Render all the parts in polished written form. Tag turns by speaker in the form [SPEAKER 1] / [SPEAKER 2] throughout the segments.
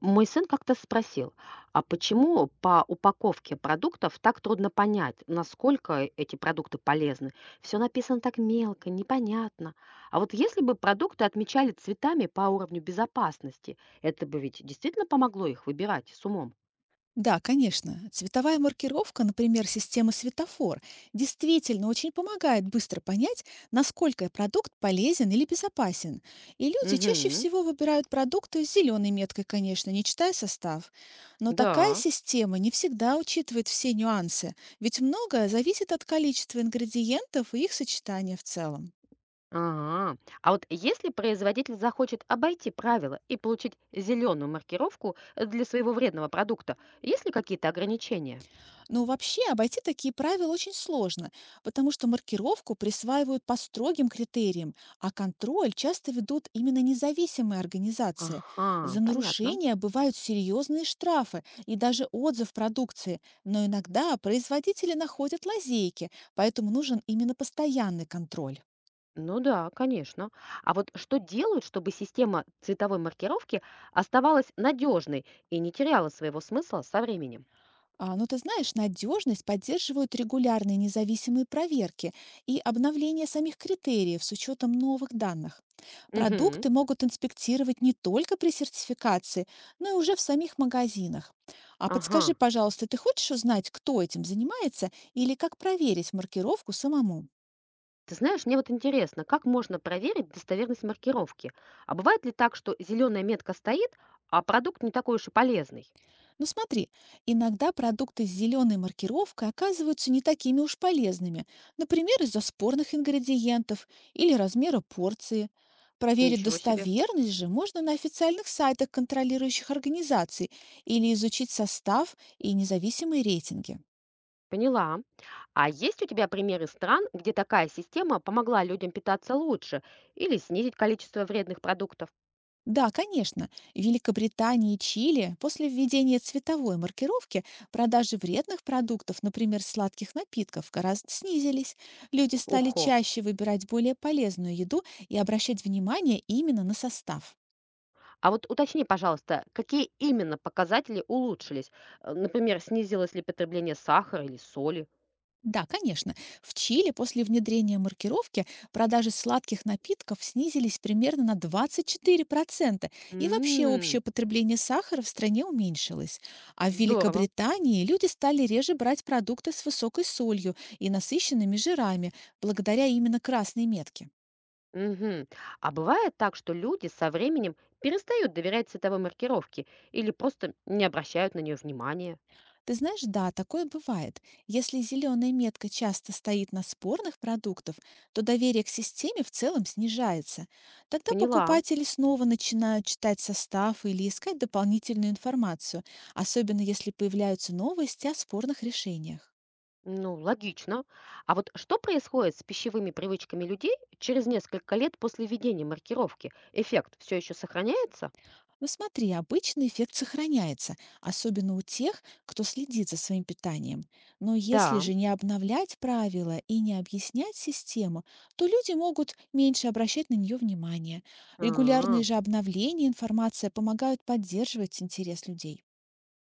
[SPEAKER 1] Мой сын как-то спросил, а почему по упаковке продуктов так трудно понять, насколько эти продукты полезны? Все написано так мелко, непонятно. А вот если бы продукты отмечали цветами по уровню безопасности, это бы ведь действительно помогло их выбирать с умом.
[SPEAKER 2] Да, конечно. Цветовая маркировка, например, системы светофор, действительно очень помогает быстро понять, насколько продукт полезен или безопасен. И люди чаще
[SPEAKER 1] Угу,
[SPEAKER 2] всего выбирают продукты с зеленой меткой, конечно, не читая состав. Но такая
[SPEAKER 1] да.
[SPEAKER 2] система не всегда учитывает все нюансы, ведь многое зависит от количества ингредиентов и их сочетания в целом.
[SPEAKER 1] Ага. А вот если производитель захочет обойти правила и получить зеленую маркировку для своего вредного продукта, есть ли какие-то ограничения?
[SPEAKER 2] Но вообще обойти такие правила очень сложно, потому что маркировку присваивают по строгим критериям, а контроль часто ведут именно независимые организации.
[SPEAKER 1] Ага,
[SPEAKER 2] За
[SPEAKER 1] понятно.
[SPEAKER 2] нарушения бывают серьезные штрафы и даже отзыв продукции, но иногда производители находят лазейки, поэтому нужен именно постоянный контроль.
[SPEAKER 1] Ну да, конечно. А вот что делают, чтобы система цветовой маркировки оставалась надежной и не теряла своего смысла со временем?
[SPEAKER 2] А, ну, ты знаешь, надежность поддерживают регулярные независимые проверки и обновление самих критериев с учетом новых данных.
[SPEAKER 1] Угу.
[SPEAKER 2] Продукты могут инспектировать не только при сертификации, но и уже в самих магазинах. А
[SPEAKER 1] Ага.
[SPEAKER 2] подскажи, пожалуйста, ты хочешь узнать, кто этим занимается или как проверить маркировку самому?
[SPEAKER 1] Ты знаешь, мне вот интересно, как можно проверить достоверность маркировки? А бывает ли так, что зеленая метка стоит, а продукт не такой уж и полезный?
[SPEAKER 2] Ну смотри, иногда продукты с зеленой маркировкой оказываются не такими уж полезными, например, из-за спорных ингредиентов или размера порции. Проверить
[SPEAKER 1] Ничего себе.
[SPEAKER 2] достоверность же можно на официальных сайтах контролирующих организаций или изучить состав и независимые рейтинги.
[SPEAKER 1] Поняла. А есть у тебя примеры стран, где такая система помогла людям питаться лучше или снизить количество вредных продуктов?
[SPEAKER 2] Да, конечно. В Великобритании и Чили после введения цветовой маркировки продажи вредных продуктов, например, сладких напитков, гораздо снизились. Люди стали
[SPEAKER 1] Ухо.
[SPEAKER 2] чаще выбирать более полезную еду и обращать внимание именно на состав.
[SPEAKER 1] А вот уточни, пожалуйста, какие именно показатели улучшились? Например, снизилось ли потребление сахара или соли?
[SPEAKER 2] Да, конечно. В Чили после внедрения маркировки продажи сладких напитков снизились примерно на 24%, и вообще
[SPEAKER 1] М.
[SPEAKER 2] общее потребление сахара в стране уменьшилось. А в
[SPEAKER 1] Здорово.
[SPEAKER 2] Великобритании люди стали реже брать продукты с высокой солью и насыщенными жирами, благодаря именно красной метке.
[SPEAKER 1] Мгм. А бывает так, что люди со временем перестают доверять цветовой маркировке или просто не обращают на нее внимания.
[SPEAKER 2] Ты знаешь, да, такое бывает. Если зеленая метка часто стоит на спорных продуктах, то доверие к системе в целом снижается. Тогда
[SPEAKER 1] Поняла.
[SPEAKER 2] покупатели снова начинают читать состав или искать дополнительную информацию, особенно если появляются новости о спорных решениях.
[SPEAKER 1] Ну, логично. А вот что происходит с пищевыми привычками людей через несколько лет после введения маркировки? Эффект все еще сохраняется?
[SPEAKER 2] Ну смотри, обычно эффект сохраняется, особенно у тех, кто следит за своим питанием. Но если
[SPEAKER 1] Да.
[SPEAKER 2] же не обновлять правила и не объяснять систему, то люди могут меньше обращать на нее внимание.
[SPEAKER 1] А.
[SPEAKER 2] Регулярные же обновления информации помогают поддерживать интерес людей.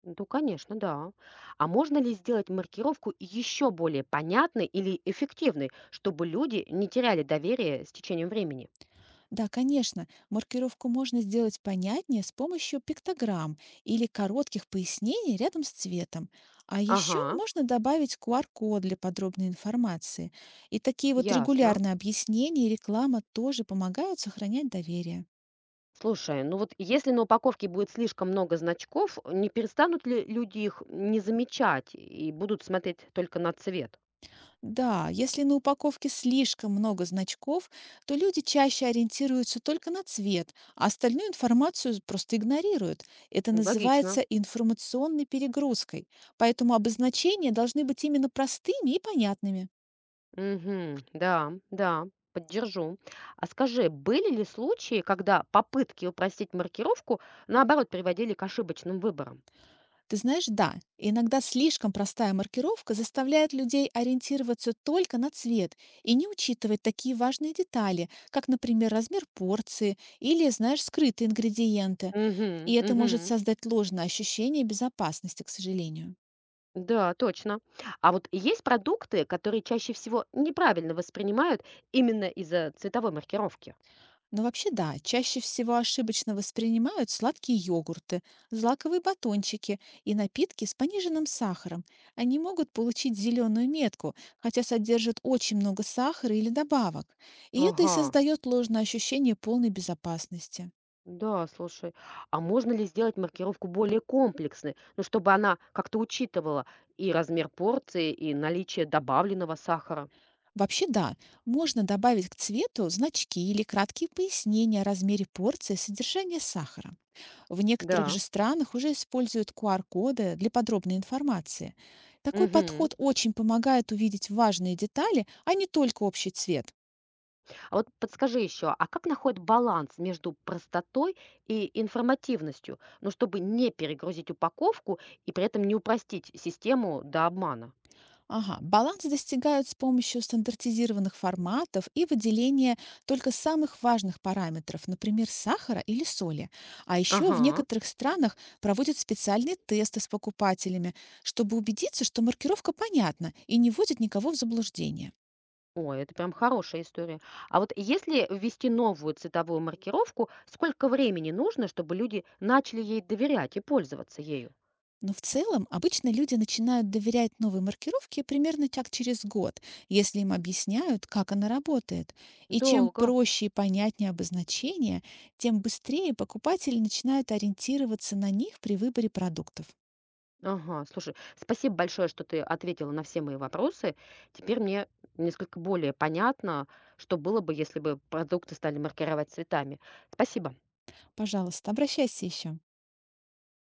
[SPEAKER 1] Ну, конечно, да. А можно ли сделать маркировку еще более понятной или эффективной, чтобы люди не теряли доверие с течением времени?
[SPEAKER 2] Да, конечно, маркировку можно сделать понятнее с помощью пиктограмм или коротких пояснений рядом с цветом. А еще
[SPEAKER 1] Ага,
[SPEAKER 2] можно добавить QR-код для подробной информации. И такие вот
[SPEAKER 1] ясно.
[SPEAKER 2] регулярные объяснения и реклама тоже помогают сохранять доверие.
[SPEAKER 1] Слушай, ну вот если на упаковке будет слишком много значков, не перестанут ли люди их не замечать и будут смотреть только на цвет?
[SPEAKER 2] Да, если на упаковке слишком много значков, то люди чаще ориентируются только на цвет, а остальную информацию просто игнорируют. Это
[SPEAKER 1] Ну,
[SPEAKER 2] называется
[SPEAKER 1] логично.
[SPEAKER 2] информационной перегрузкой. Поэтому обозначения должны быть именно простыми и понятными.
[SPEAKER 1] Угу, да, поддержу. А скажи, были ли случаи, когда попытки упростить маркировку, наоборот, приводили к ошибочным выборам?
[SPEAKER 2] Ты знаешь, да, иногда слишком простая маркировка заставляет людей ориентироваться только на цвет и не учитывать такие важные детали, как, например, размер порции или, знаешь, скрытые ингредиенты. И
[SPEAKER 1] Мгм,
[SPEAKER 2] это может
[SPEAKER 1] мгм.
[SPEAKER 2] создать ложное ощущение безопасности, к сожалению.
[SPEAKER 1] Да, точно. А вот есть продукты, которые чаще всего неправильно воспринимают именно из-за цветовой маркировки?
[SPEAKER 2] Но вообще да, чаще всего ошибочно воспринимают сладкие йогурты, злаковые батончики и напитки с пониженным сахаром. Они могут получить зеленую метку, хотя содержат очень много сахара или добавок. И это и
[SPEAKER 1] Ага,
[SPEAKER 2] создает ложное ощущение полной безопасности.
[SPEAKER 1] да, слушай. А можно ли сделать маркировку более комплексной, ну, чтобы она как-то учитывала и размер порции, и наличие добавленного сахара?
[SPEAKER 2] Вообще да, можно добавить к цвету значки или краткие пояснения о размере порции содержания сахара. В некоторых же
[SPEAKER 1] Да.
[SPEAKER 2] странах уже используют QR-коды для подробной информации. Такой
[SPEAKER 1] Угу.
[SPEAKER 2] подход очень помогает увидеть важные детали, а не только общий цвет.
[SPEAKER 1] А вот подскажи еще, а как находит баланс между простотой и информативностью, ну, чтобы не перегрузить упаковку и при этом не упростить систему до обмана?
[SPEAKER 2] Ага, баланс достигают с помощью стандартизированных форматов и выделения только самых важных параметров, например, сахара или соли. А еще в
[SPEAKER 1] Ага.
[SPEAKER 2] некоторых странах проводят специальные тесты с покупателями, чтобы убедиться, что маркировка понятна и не вводит никого в заблуждение.
[SPEAKER 1] Ой, это прям хорошая история. А вот если ввести новую цветовую маркировку, сколько времени нужно, чтобы люди начали ей доверять и пользоваться ею?
[SPEAKER 2] Но в целом обычно люди начинают доверять новой маркировке примерно так через год, если им объясняют, как она работает. И чем
[SPEAKER 1] Долго.
[SPEAKER 2] проще и понятнее обозначение, тем быстрее покупатели начинают ориентироваться на них при выборе продуктов.
[SPEAKER 1] Ага, слушай, спасибо большое, что ты ответила на все мои вопросы. Теперь мне несколько более понятно, что было бы, если бы продукты стали маркировать цветами. Спасибо.
[SPEAKER 2] Пожалуйста, обращайся еще.